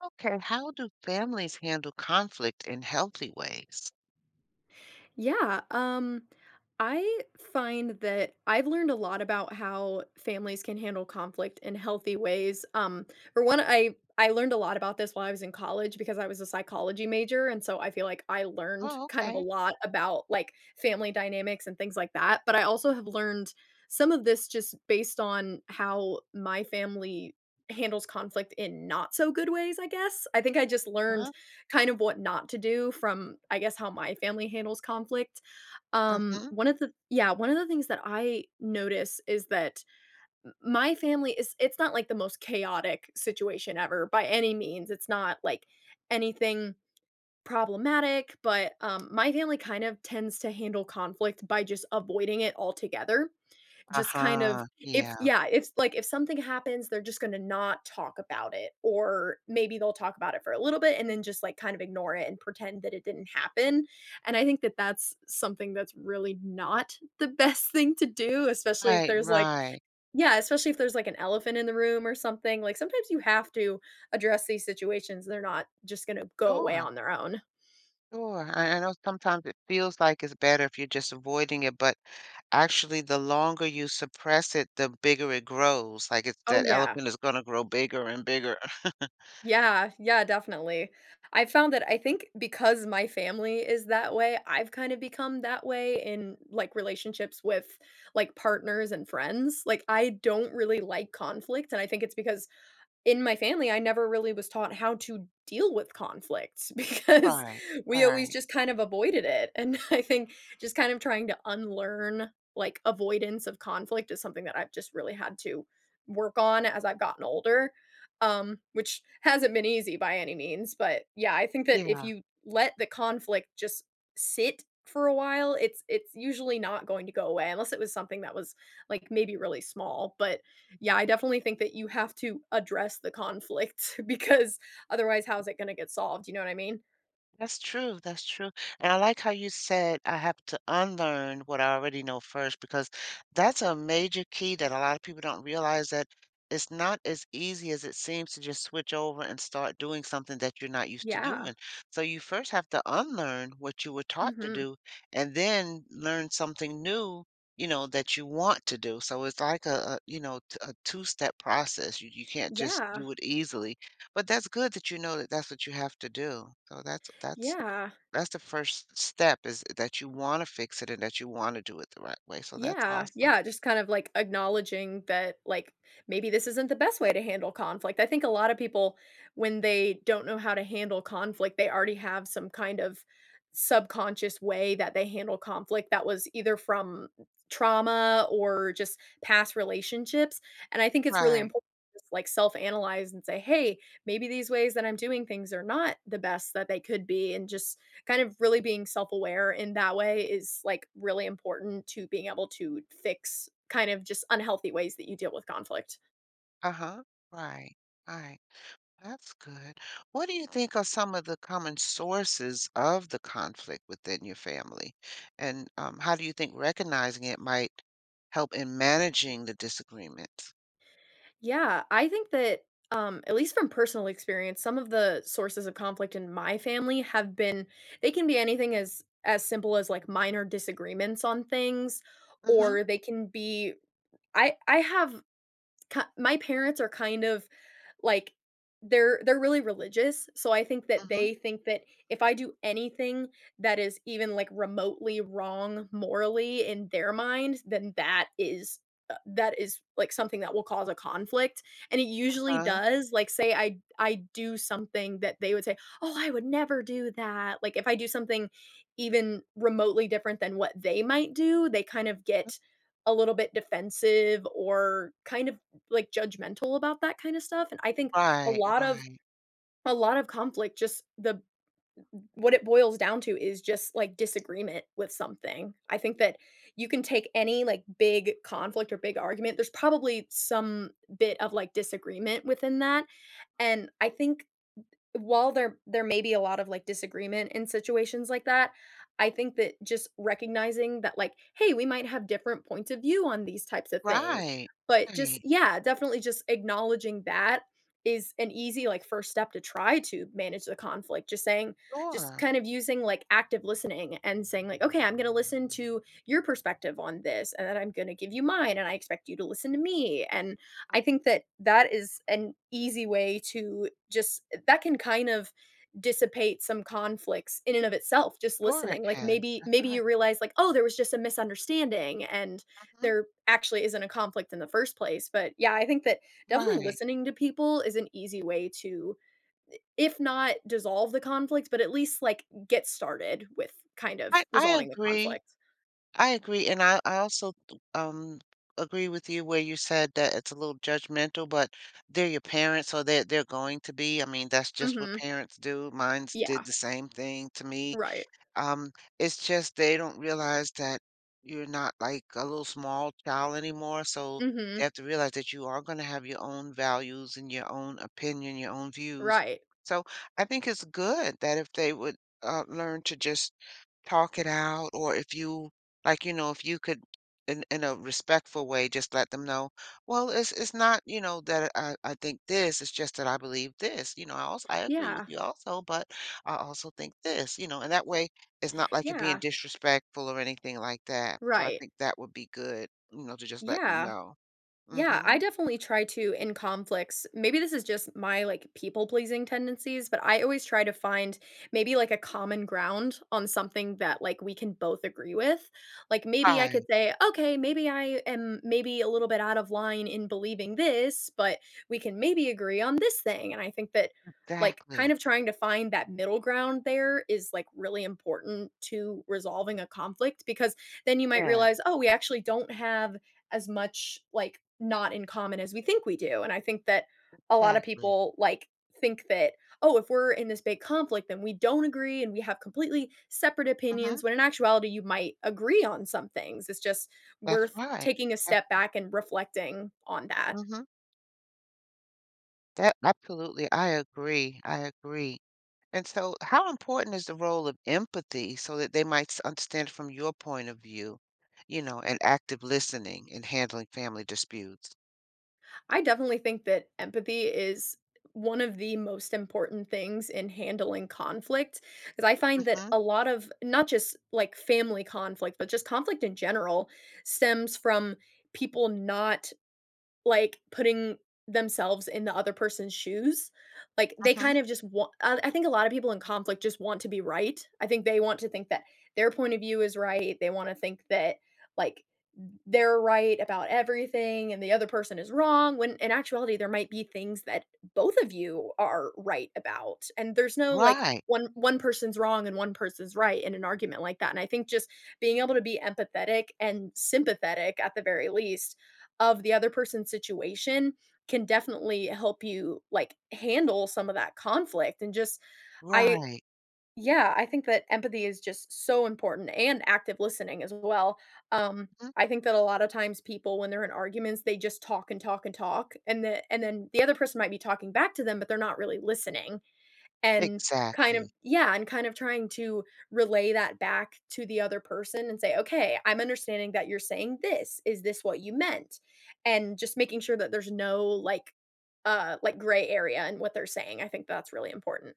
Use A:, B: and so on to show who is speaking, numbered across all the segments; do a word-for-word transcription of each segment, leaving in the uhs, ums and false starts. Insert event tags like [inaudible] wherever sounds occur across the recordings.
A: Okay, how do families handle conflict in healthy ways?
B: Yeah, um, I find that I've learned a lot about how families can handle conflict in healthy ways. Um, for one, I I learned a lot about this while I was in college because I was a psychology major, and so I feel like I learned
A: Oh,
B: kind of a
A: okay.
B: lot about like family dynamics and things like that. But I also have learned some of this just based on how my family handles conflict in not so good ways, I guess. I think I just learned
A: Huh?
B: kind of what not to do from, I guess, how my family handles conflict. Um,
A: Mm-hmm.
B: one of the yeah, one of the things that I notice is that m- my family is it's not like the most chaotic situation ever by any means. It's not like anything problematic, but um, my family kind of tends to handle conflict by just avoiding it altogether. Just kind of
A: Uh-huh.
B: if
A: Yeah.
B: yeah, if like if something happens, they're just gonna not talk about it, or maybe they'll talk about it for a little bit and then just, like, kind of ignore it and pretend that it didn't happen, and I think that that's something that's really not the [laughs] best thing to do, especially if
A: Right,
B: there's, like
A: right.
B: yeah, especially if there's, like, an elephant in the room or something, like, sometimes you have to address these situations, they're not just gonna go away
A: Sure,
B: on their own.
A: sure. I, I know sometimes it feels like it's better if you're just avoiding it, but actually, the longer you suppress it, the bigger it grows. Like it's
B: Oh,
A: that
B: yeah.
A: elephant is going to grow bigger and bigger. [laughs]
B: Yeah, yeah, definitely. I found that I think because my family is that way, I've kind of become that way in like relationships with like partners and friends. Like I don't really like conflict and I think it's because in my family, I never really was taught how to deal with conflict [laughs] because
A: Right,
B: we always
A: right.
B: just kind of avoided it. And [laughs] I think just kind of trying to unlearn like avoidance of conflict is something that I've just really had to work on as I've gotten older, um, which hasn't been easy by any means. But yeah, I think that if you let the conflict just sit for a while it's it's usually not going to go away unless it was something that was like maybe really small but yeah, I definitely think that you have to address the conflict [laughs] because otherwise how's it gonna get solved, you know what I mean?
A: That's true, that's true. And I like how you said I have to unlearn what I already know first because that's a major key that a lot of people don't realize that it's not as easy as it seems to just switch over and start doing something that you're not used to
B: Yeah.
A: doing. So you first have to unlearn what you were taught to
B: Mhm.
A: do and then learn something new, you know, that you want to do. So it's like a, a you know, t- a two-step process. You you can't just
B: Yeah.
A: do it easily. But that's good that you know that that's what you have to do. So that's that's
B: Yeah.
A: that's the first step is that you wanna fix it and that you wanna do it the right way, so that's
B: Yeah,
A: awesome.
B: yeah, just kind of like acknowledging that, like, maybe this isn't the best way to handle conflict. I think a lot of people, when they don't know how to handle conflict, they already have some kind of subconscious way that they handle conflict that was either from trauma or just past relationships. And I think it's really
A: Right.
B: important to just like self analyze and say, hey, maybe these ways that I'm doing things are not the best that they could be. And just kind of really being self-aware in that way is, like, really important to being able to fix kind of just unhealthy ways that you deal with conflict.
A: Uh-huh. Right. Right. That's good. What do you think are some of the common sources of the conflict within your family? And, um, how do you think recognizing it might help in managing the disagreements?
B: Yeah, I think that, um, at least from personal experience, some of the sources of conflict in my family have been they can be anything as as simple as, like, minor disagreements on things,
A: Mhm,
B: or they can be I I have ki my parents are kind of like they're they're really religious, so I think that
A: mhm,
B: they think that if I do anything that is even, like, remotely wrong morally in their mind, then that is, uh that is, like, something that will cause a conflict, and it usually
A: uh-huh.
B: does, like, say I I do something that they would say, "Oh, I would never do that." Like, if I do something even remotely different than what they might do, they kind of get a little bit defensive or kind of like, judgmental about that kind of stuff, and I think a
A: Right,
B: lot of
A: right.
B: a lot of conflict just the what it boils down to is just, like, disagreement with something. I think that you can take any, like, big conflict or big argument, there's probably some bit of, like, disagreement within that, and I think while there there may be a lot of, like, disagreement in situations like that, I think that just recognizing that, like, "Hey, we might have different points of view on these types of things,"
A: Right.
B: but just
A: Right.
B: yeah, definitely just acknowledging that is an easy, like, first step to try to manage the conflict. Just saying just
A: Sure.
B: kind of using, like, active listening and saying, like, "Okay, I'm gonna listen to your perspective on this, and then I'm gonna give you mine, and I expect you to listen to me," and I think that that is an easy way to just that can kind of dissipate some conflicts in and of itself, just
A: Sure
B: listening.
A: it
B: Like
A: can.
B: maybe
A: That's
B: maybe you
A: right.
B: realize like, "Oh, there was just a misunderstanding," and
A: Mhm.
B: there actually isn't a conflict in the first place. But yeah, I think that definitely
A: Right.
B: listening to people is an easy way to if not dissolve the conflict, but at least like get started with kind of
A: I I
B: resolving the
A: agree.
B: conflict.
A: I agree, and I I also, um, agree with you where you said that it's a little judgmental, but they're your parents, so they're they're going to be. I mean, that's just what
B: Mhm.
A: parents do. Mine's
B: Yeah,
A: did the same thing to me.
B: right.
A: Um, it's just they don't realize that you're not like a little small child anymore, so they
B: Mhm.
A: have to realize that you are gonna have your own values and your own opinion, your own views.
B: Right.
A: So I think it's good that if they would uh, learn to just talk it out, or if you like, you know, if you could in in a respectful way, just let them know, well, it's it's not, you know, that I, I think this, it's just that I believe this. You know, I also I agree with
B: Yeah.
A: you also, but I also think this, you know, and that way it's not like you're being
B: Yeah.
A: disrespectful or anything like that, so I
B: Right.
A: think that would be good, you know, to just let them
B: Yeah.
A: know.
B: Yeah,
A: Mhm.
B: I definitely try to in conflicts. Maybe this is just my like people-pleasing tendencies, but I always try to find maybe like a common ground on something that like we can both agree with. Like maybe I could
A: Right,
B: say, "Okay, maybe I am maybe a little bit out of line in believing this, but we can maybe agree on this thing." And I think that like kind
A: exactly.
B: of trying to find that middle ground there is like really important to resolving a conflict because then you might
A: Yeah,
B: realize, "Oh, we actually don't have as much like not in common as we think we do. And I think that a lot of
A: exactly.
B: people like think that, oh, if we're in this big conflict, then we don't agree and we have completely separate opinions.
A: Mhm.
B: When in actuality, you might agree on some things. It's just
A: That's
B: worth
A: right.
B: taking a
A: That's
B: step back and reflecting on that.
A: mhm. That absolutely, I agree, I agree. And so how important is the role of empathy so that they might s understand from your point of view, you know, and active listening in handling family disputes?
B: I definitely think that empathy is one of the most important things in handling conflict, because I find that
A: Mhm,
B: a lot of not just, like, family conflict, but just conflict in general stems from people not like, putting themselves in the other person's shoes, like, they kind
A: mhm.
B: of just want I I think a lot of people in conflict just want to be right. I think they want to think that their point of view is right, they wanna think that, like, they're right about everything and the other person is wrong, when in actuality, there might be things that both of you are right about, and there's no, like,
A: Right,
B: one one person's wrong and one person's right in an argument like that, and I think just being able to be empathetic and sympathetic, at the very least, of the other person's situation can definitely help you, like, handle some of that conflict and just I
A: right.
B: yeah, I think that empathy is just so important and active listening as well. Um,
A: Mhm.
B: I think that a lot of times people when they're in arguments, they just talk and talk and talk, and the and then the other person might be talking back to them, but they're not really listening. And kind of
A: Exactly.
B: yeah, and kind of trying to relay that back to the other person and say, "Okay, I'm understanding that you're saying this. Is this what you meant?" And just making sure that there's no, like, uh, like, gray area in what they're saying. I think that's really important.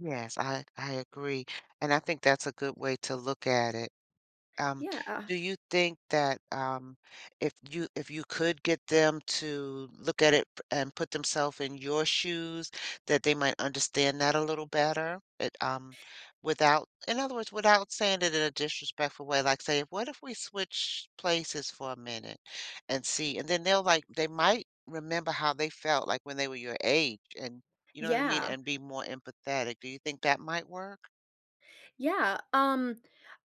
A: Yes, I I agree. And I think that's a good way to look at it. Um,
B: Yeah.
A: do you think that um, if you if you could get them to look at it p- and put themselves in your shoes, that they might understand that a little better? It, um, without, in other words, without saying it in a disrespectful way, like say, what if we switch places for a minute and see, and then they'll like they might remember how they felt like when they were your age, and you know what I mean,
B: Yeah.
A: and be more empathetic. Do you think that might work?
B: Yeah, um,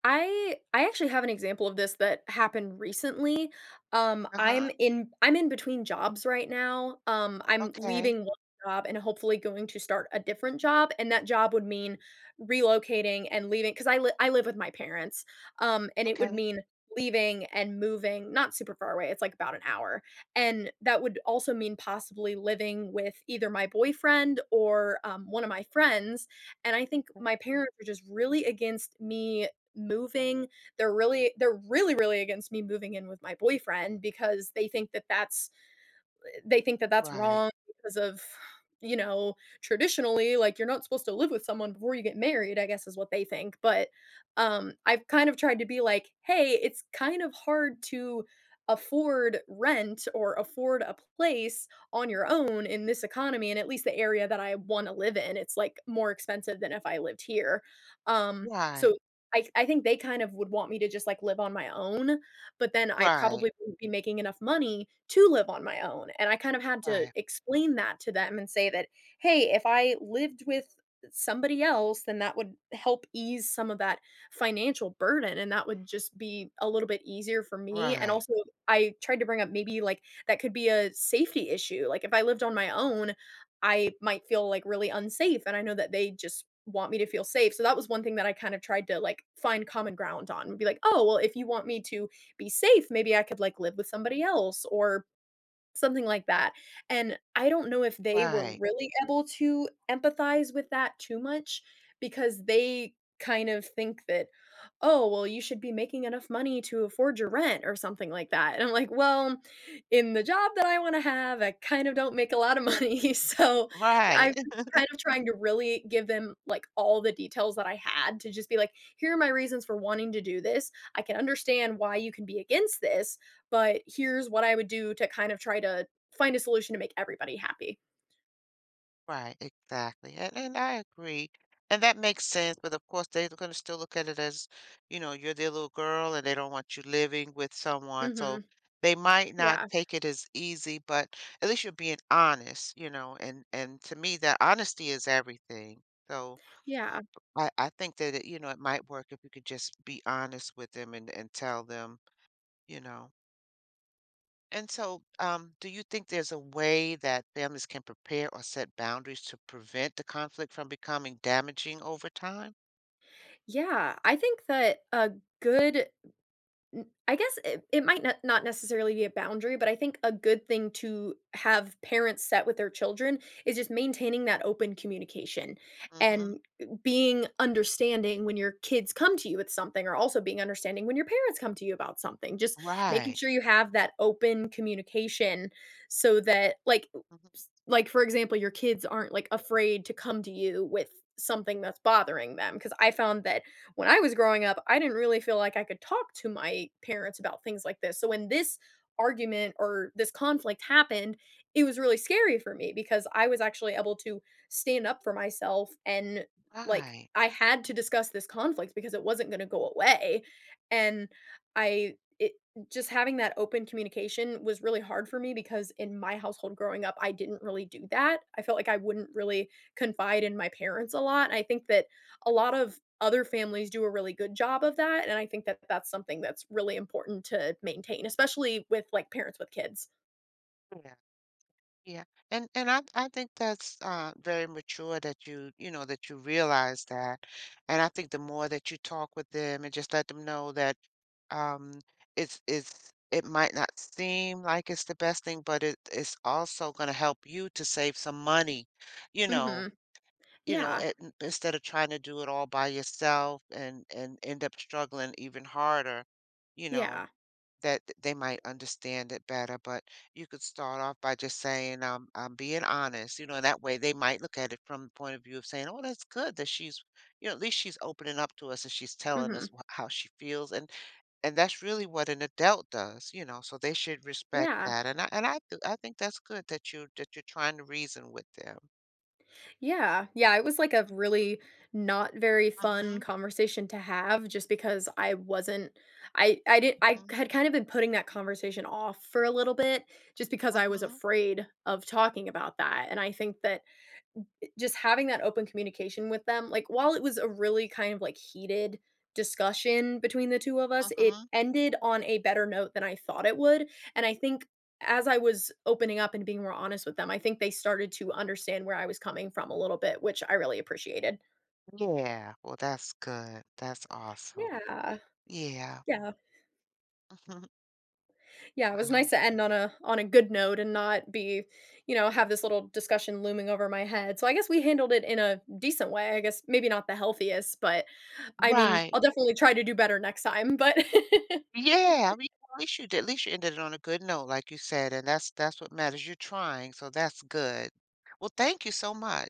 B: I I actually have an example of this that happened recently. Um, I'm
A: Uh-huh.
B: in I'm in between jobs right now. Um, I'm
A: Okay.
B: leaving one job and hopefully going to start a different job, and that job would mean relocating and leaving because I li- I live with my parents. Um, and it would
A: Okay.
B: mean leaving and moving not super far away. It's like about an hour, and that would also mean possibly living with either my boyfriend or um, one of my friends and I think my parents are just really against me moving. They're really they're really, really against me moving in with my boyfriend because they think that that's they think that that's
A: Right.
B: wrong because of, you know, traditionally, like, you're not supposed to live with someone before you get married, I guess is what they think. But, um, I've kind of tried to be like, "Hey, it's kind of hard to afford rent or afford a place on your own in this economy, and at least the area that I wanna live in, it's, like, more expensive than if I lived here." Um,
A: Right,
B: so I I think they kind of would want me to just, like, live on my own, but then I
A: right,
B: probably wouldn't be making enough money to live on my own, and I kind of had to
A: right,
B: explain that to them and say that, "Hey, if I lived with somebody else, then that would help ease some of that financial burden, and that would just be a little bit easier for me," and
A: right,
B: also, I tried to bring up maybe, like, that could be a safety issue, like, if I lived on my own, I might feel, like, really unsafe, and I know that they just want me to feel safe, so that was one thing that I kind of tried to, like, find common ground on, would be like, "Oh, well, if you want me to be safe maybe I could like live with somebody else or something like that, and I don't know if they were
A: right,
B: really able to empathize with that too much because they kind of think that, "Oh, well, you should be making enough money to afford your rent," or something like that, and I'm like, "Well, in the job that I wanna have, I kind of don't make a lot of money," [laughs] so
A: right,
B: I'm kind of trying to really give them, like, all the details that I had to just be like, "Here are my reasons for wanting to do this. I can understand why you can be against this, but here's what I would do to kind of try to find a solution to make everybody happy.
A: [laughs] right, exactly. And and I agree. And that makes sense, but of course they're gonna still look at it as, you know, you're their little girl and they don't want you living with someone. So
B: Mhm.
A: they might not
B: Yeah.
A: take it as easy, but at least you're being honest, you know, and and to me that honesty is everything. So
B: Yeah.
A: I, I think that it, you know, it might work if you could just be honest with them and, and tell them, you know. And so, um, do you think there's a way that families can prepare or set boundaries to prevent the conflict from becoming damaging over time?
B: Yeah, I think that a good N I guess it it might not not necessarily be a boundary, but I think a good thing to have parents set with their children is just maintaining that open communication
A: Hmm.
B: and uh, being understanding when your kids come to you with something or also being understanding when your parents come to you about something. Just making
A: Right.
B: sure you have that open communication so that, like
A: Mhm.
B: s like, for example, your kids aren't, like, afraid to come to you with something that's bothering them. Because I found that when I was growing up, I didn't really feel like I could talk to my parents about things like this. So when this argument or this conflict happened, it was really scary for me because I was actually able to stand up for myself and like
A: Right.
B: I had to discuss this conflict because it wasn't going to go away. And I it Just having that open communication was really hard for me because in my household growing up, I didn't really do that. I felt like I wouldn't really confide in my parents a lot. I think that a lot of other families do a really good job of that, and I think that that's something that's really important to maintain, especially with, like, parents with kids.
A: Yeah. Yeah, and and I I think that's uh, very mature that you you know that you realize that, and I think the more that you talk with them and just let them know that um it's it's it might not seem like it's the best thing, but it it's also going to help you to save some money, you know,
B: Mhm.
A: you know
B: Yeah.
A: it, n- instead of trying to do it all by yourself and and end up struggling even harder, you know
B: Yeah.
A: that th- they might understand it better. But you could start off by just saying, um, I'm being honest, you know, that way they might look at it from the point of view of saying, oh, that's good that she's, you know, at least she's opening up to us and she's telling
B: Mhm.
A: us wh- how she feels. And and that's really what an adult does, you know, so they should respect
B: Yeah.
A: that. And I, and I, th- I think that's good that you, that you're trying to reason with them.
B: Yeah. Yeah, it was, like, a really not very fun
A: Mm-hmm,
B: conversation to have just because I wasn't I I did I
A: mm-hmm,
B: had kind of been putting that conversation off for a little bit just because I was
A: mm-hmm,
B: afraid of talking about that, and I think that just having that open communication with them, like, while it was a really kind of, like, heated discussion between the two of us, it
A: mm-hmm.
B: ended on a better note than I thought it would, and I think as I was opening up and being more honest with them, I think they started to understand where I was coming from a little bit, which I really appreciated.
A: Yeah, well, that's good. That's awesome.
B: Yeah.
A: Yeah.
B: Yeah. Yeah, it
A: [laughs]
B: was nice
A: Wow.
B: to end on a on a good note and not be, you know, have this little discussion looming over my head. So I guess we handled it in a decent way. I guess maybe not the healthiest, but I mean,
A: Right.
B: I'll definitely try to do better next time, but [laughs]
A: Yeah, I mean, well, at least you did at least you ended it on a good note, like you said, and that's that's what matters. You're trying, so that's good. Well, thank you so much.